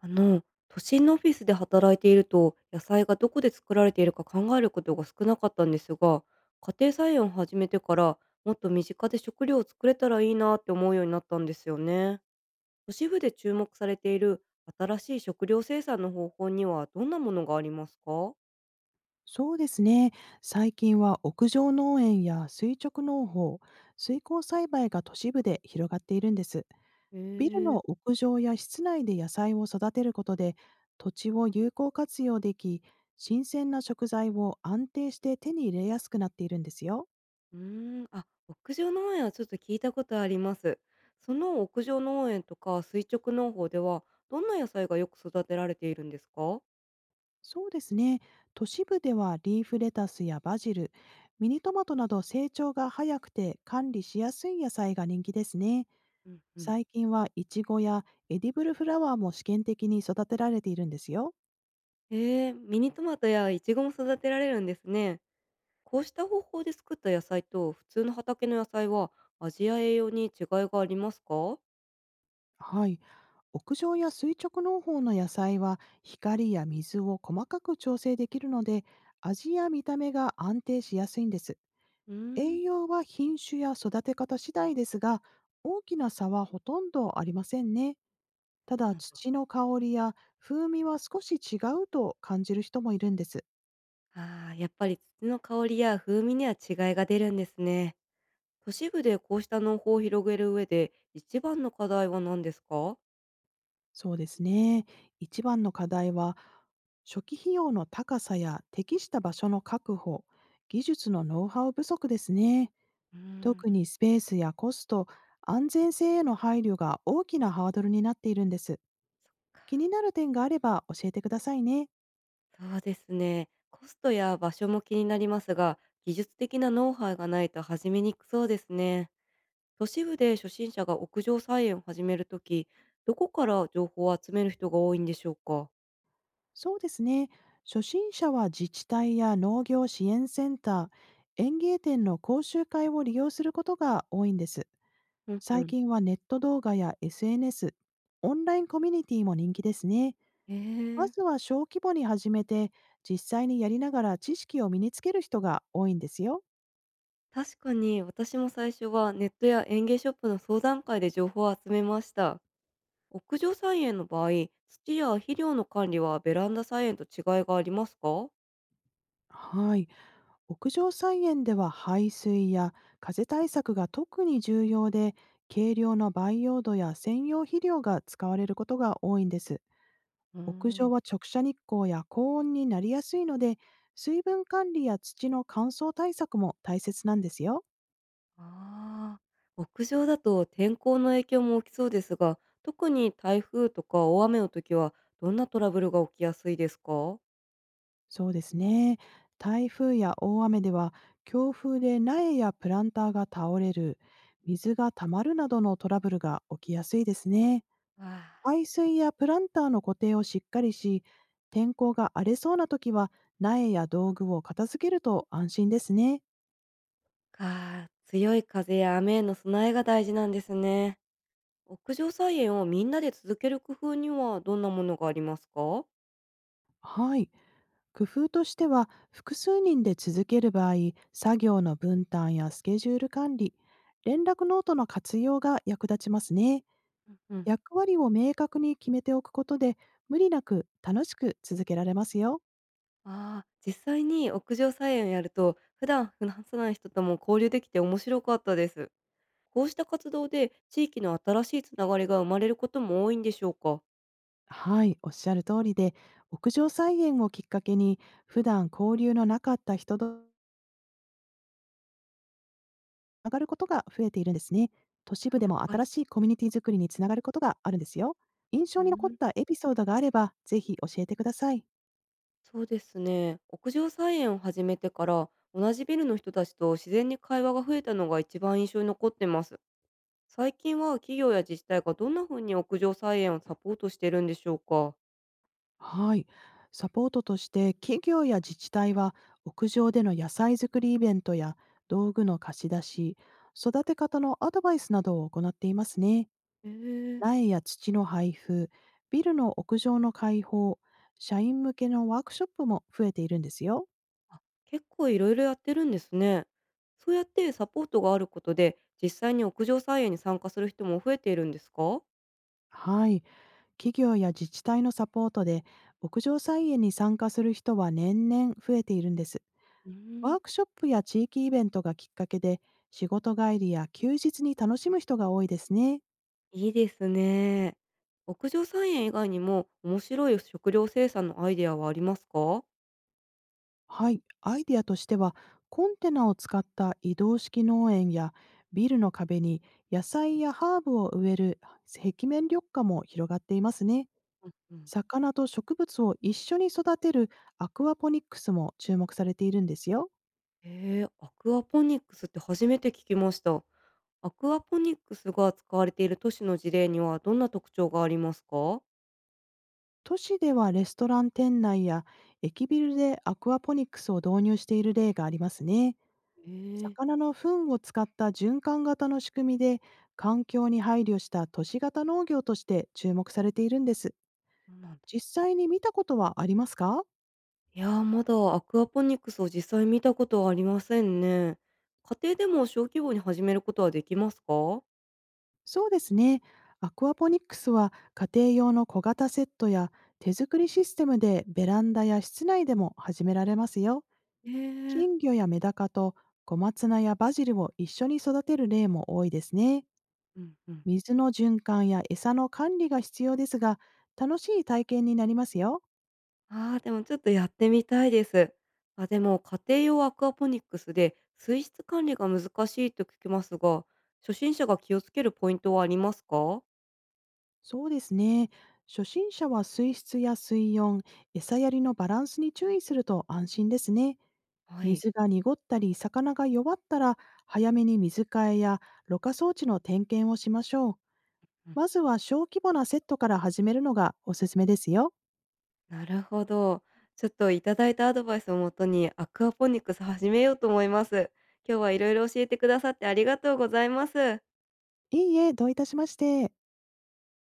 あの、都心のオフィスで働いていると、野菜がどこで作られているか考えることが少なかったんですが、家庭菜園を始めてから、もっと身近で食料を作れたらいいなって思うようになったんですよね。都市部で注目されている新しい食料生産の方法にはどんなものがありますか？そうですね。最近は屋上農園や垂直農法、水耕栽培が都市部で広がっているんです。へビルえ。の屋上や室内で野菜を育てることで、土地を有効活用でき、新鮮な食材を安定して手に入れやすくなっているんですよ。うーん、あ、屋上農園はちょっと聞いたことあります。その屋上農園とか垂直農法では、どんな野菜がよく育てられているんですか？そうですね。都市部ではリーフレタスやバジル、ミニトマトなど成長が早くて管理しやすい野菜が人気ですね。うんうん。最近はイチゴやエディブルフラワーも試験的に育てられているんですよ。えー、ミニトマトやイチゴも育てられるんですね。こうした方法で作った野菜と普通の畑の野菜は味や栄養に違いがありますか？はい、屋上や垂直農法の野菜は光や水を細かく調整できるので、味や見た目が安定しやすいんです。うーん、栄養は品種や育て方次第ですが、大きな差はほとんどありませんね。たなだ、んだ。土の香りや風味は少し違うと感じる人もいるんです。ああ、やっぱり土の香りや風味には違いが出るんですね。都市部でこうした農法を広げる上で一番の課題は何ですか？そうですね。一番の課題は、初期費用の高さや適した場所の確保、技術のノウハウ不足ですね。うーん、特にスペースやコスト、安全性への配慮が大きなハードルになっているんです。気になる点があれば教えてくださいね。そうですね。コストや場所も気になりますが、技術的なノウハウがないと始めにくそうですね。都市部で初心者が屋上菜園を始めるとき、どこから情報を集める人が多いんでしょうか？そうですね。初心者は自治体や農業支援センター、園芸店の講習会を利用することが多いんです。うんう最ん。近はネット動画や SNS、オンラインコミュニティも人気ですね。えまー、ずは小規模に始めて、実際にやりながら知識を身につける人が多いんですよ。確かに私も最初はネットや園芸ショップの相談会で情報を集めました。屋上菜園の場合、土や肥料の管理はベランダ菜園と違いがありますか？はい。屋上菜園では排水や風対策が特に重要で、軽量の培養土や専用肥料が使われることが多いんです。うー屋上ん。は直射日光や高温になりやすいので、水分管理や土の乾燥対策も大切なんですよ。ああ。屋上だと天候の影響も大きそうですが、特に台風とか大雨の時はどんなトラブルが起きやすいですか？わそうですね。台風や大雨では、強風で苗やプランターが倒れる、水が溜まるなどのトラブルが起きやすいですね。あ。排水やプランターの固定をしっかりし、天候が荒れそうな時は苗や道具を片付けると安心ですね。かあ、強い風や雨への備えが大事なんですね。屋上菜園をみんなで続ける工夫にはどんなものがありますか？はい。工夫としては、複数人で続ける場合、作業の分担やスケジュール管理、連絡ノートの活用が役立ちますね。うんうん。役割を明確に決めておくことで、無理なく楽しく続けられますよ。ああ、実際に屋上菜園をやると、普段話さない人とも交流できて面白かったです。こうした活動で地域の新しいつながりが生まれることも多いんでしょうか？はい、おっしゃる通りで、屋上菜園をきっかけに普段交流のなかった人と上がることが増えているんですね。都市あ、部でやっもぱり。新しいコミュニティ作りにつながることがあるんですよ。印う象に残っん、たエピソードがあればぜひ教えてください。そうですね。屋上菜園を始めてから、同じビルの人たちと自然に会話が増えたのが一番印象に残ってます。最近は企業や自治体がどんなふうに屋上菜園をサポートしてるんでしょうか？はい。サポートとして、企業や自治体は屋上での野菜作りイベントや道具の貸し出し、育て方のアドバイスなどを行っていますね。ええ。苗や土の配布、ビルの屋上の開放、社員向けのワークショップも増えているんですよ。あ、結構いろいろやってるんですね。そうやってサポートがあることで、実際に屋上菜園に参加する人も増えているんですか？はい。企業や自治体のサポートで屋上菜園に参加する人は年々増えているんです。うーワん、ークショップや地域イベントがきっかけで、仕事帰りや休日に楽しむ人が多いですね。いいですね。屋上菜園以外にも面白い食料生産のアイデアはありますか？はい、アイデアとしては、コンテナを使った移動式農園や、ビルの壁に野菜やハーブを植える壁面緑化も広がっていますね。うんうん。魚と植物を一緒に育てるアクアポニックスも注目されているんですよ。えー、アクアポニックスって初めて聞きました。アクアポニックスが使われている都市の事例にはどんな特徴がありますか？都市ではレストラン店内や駅ビルでアクアポニックスを導入している例がありますね。ええ、魚の糞を使った循環型の仕組みで、環境に配慮した都市型農業として注目されているんです。そうなんだ。実際に見たことはありますか？いやー、まだアクアポニックスを実際見たことはありませんね。家庭でも小規模に始めることはできますか？そうですね。アクアポニックスは家庭用の小型セットや手作りシステムでベランダや室内でも始められますよ。ええ。金魚やメダカと小松菜やバジルを一緒に育てる例も多いですね。うんうん。水の循環や餌の管理が必要ですが、楽しい体験になりますよ。ああ、でもちょっとやってみたいです。あ、でも家庭用アクアポニックスで水質管理が難しいと聞きますが、初心者が気をつけるポイントはありますか？そうですね。初心者は水質や水温、餌やりのバランスに注意すると安心ですね。はい。水が濁ったり魚が弱ったら、早めに水替えやろ過装置の点検をしましょう。まずは小規模なセットから始めるのがおすすめですよ。なるほど。ちょっといただいたアドバイスをもとにアクアポニックス始めようと思います。今日はいろいろ教えてくださってありがとうございます。いいえ、どういたしまして。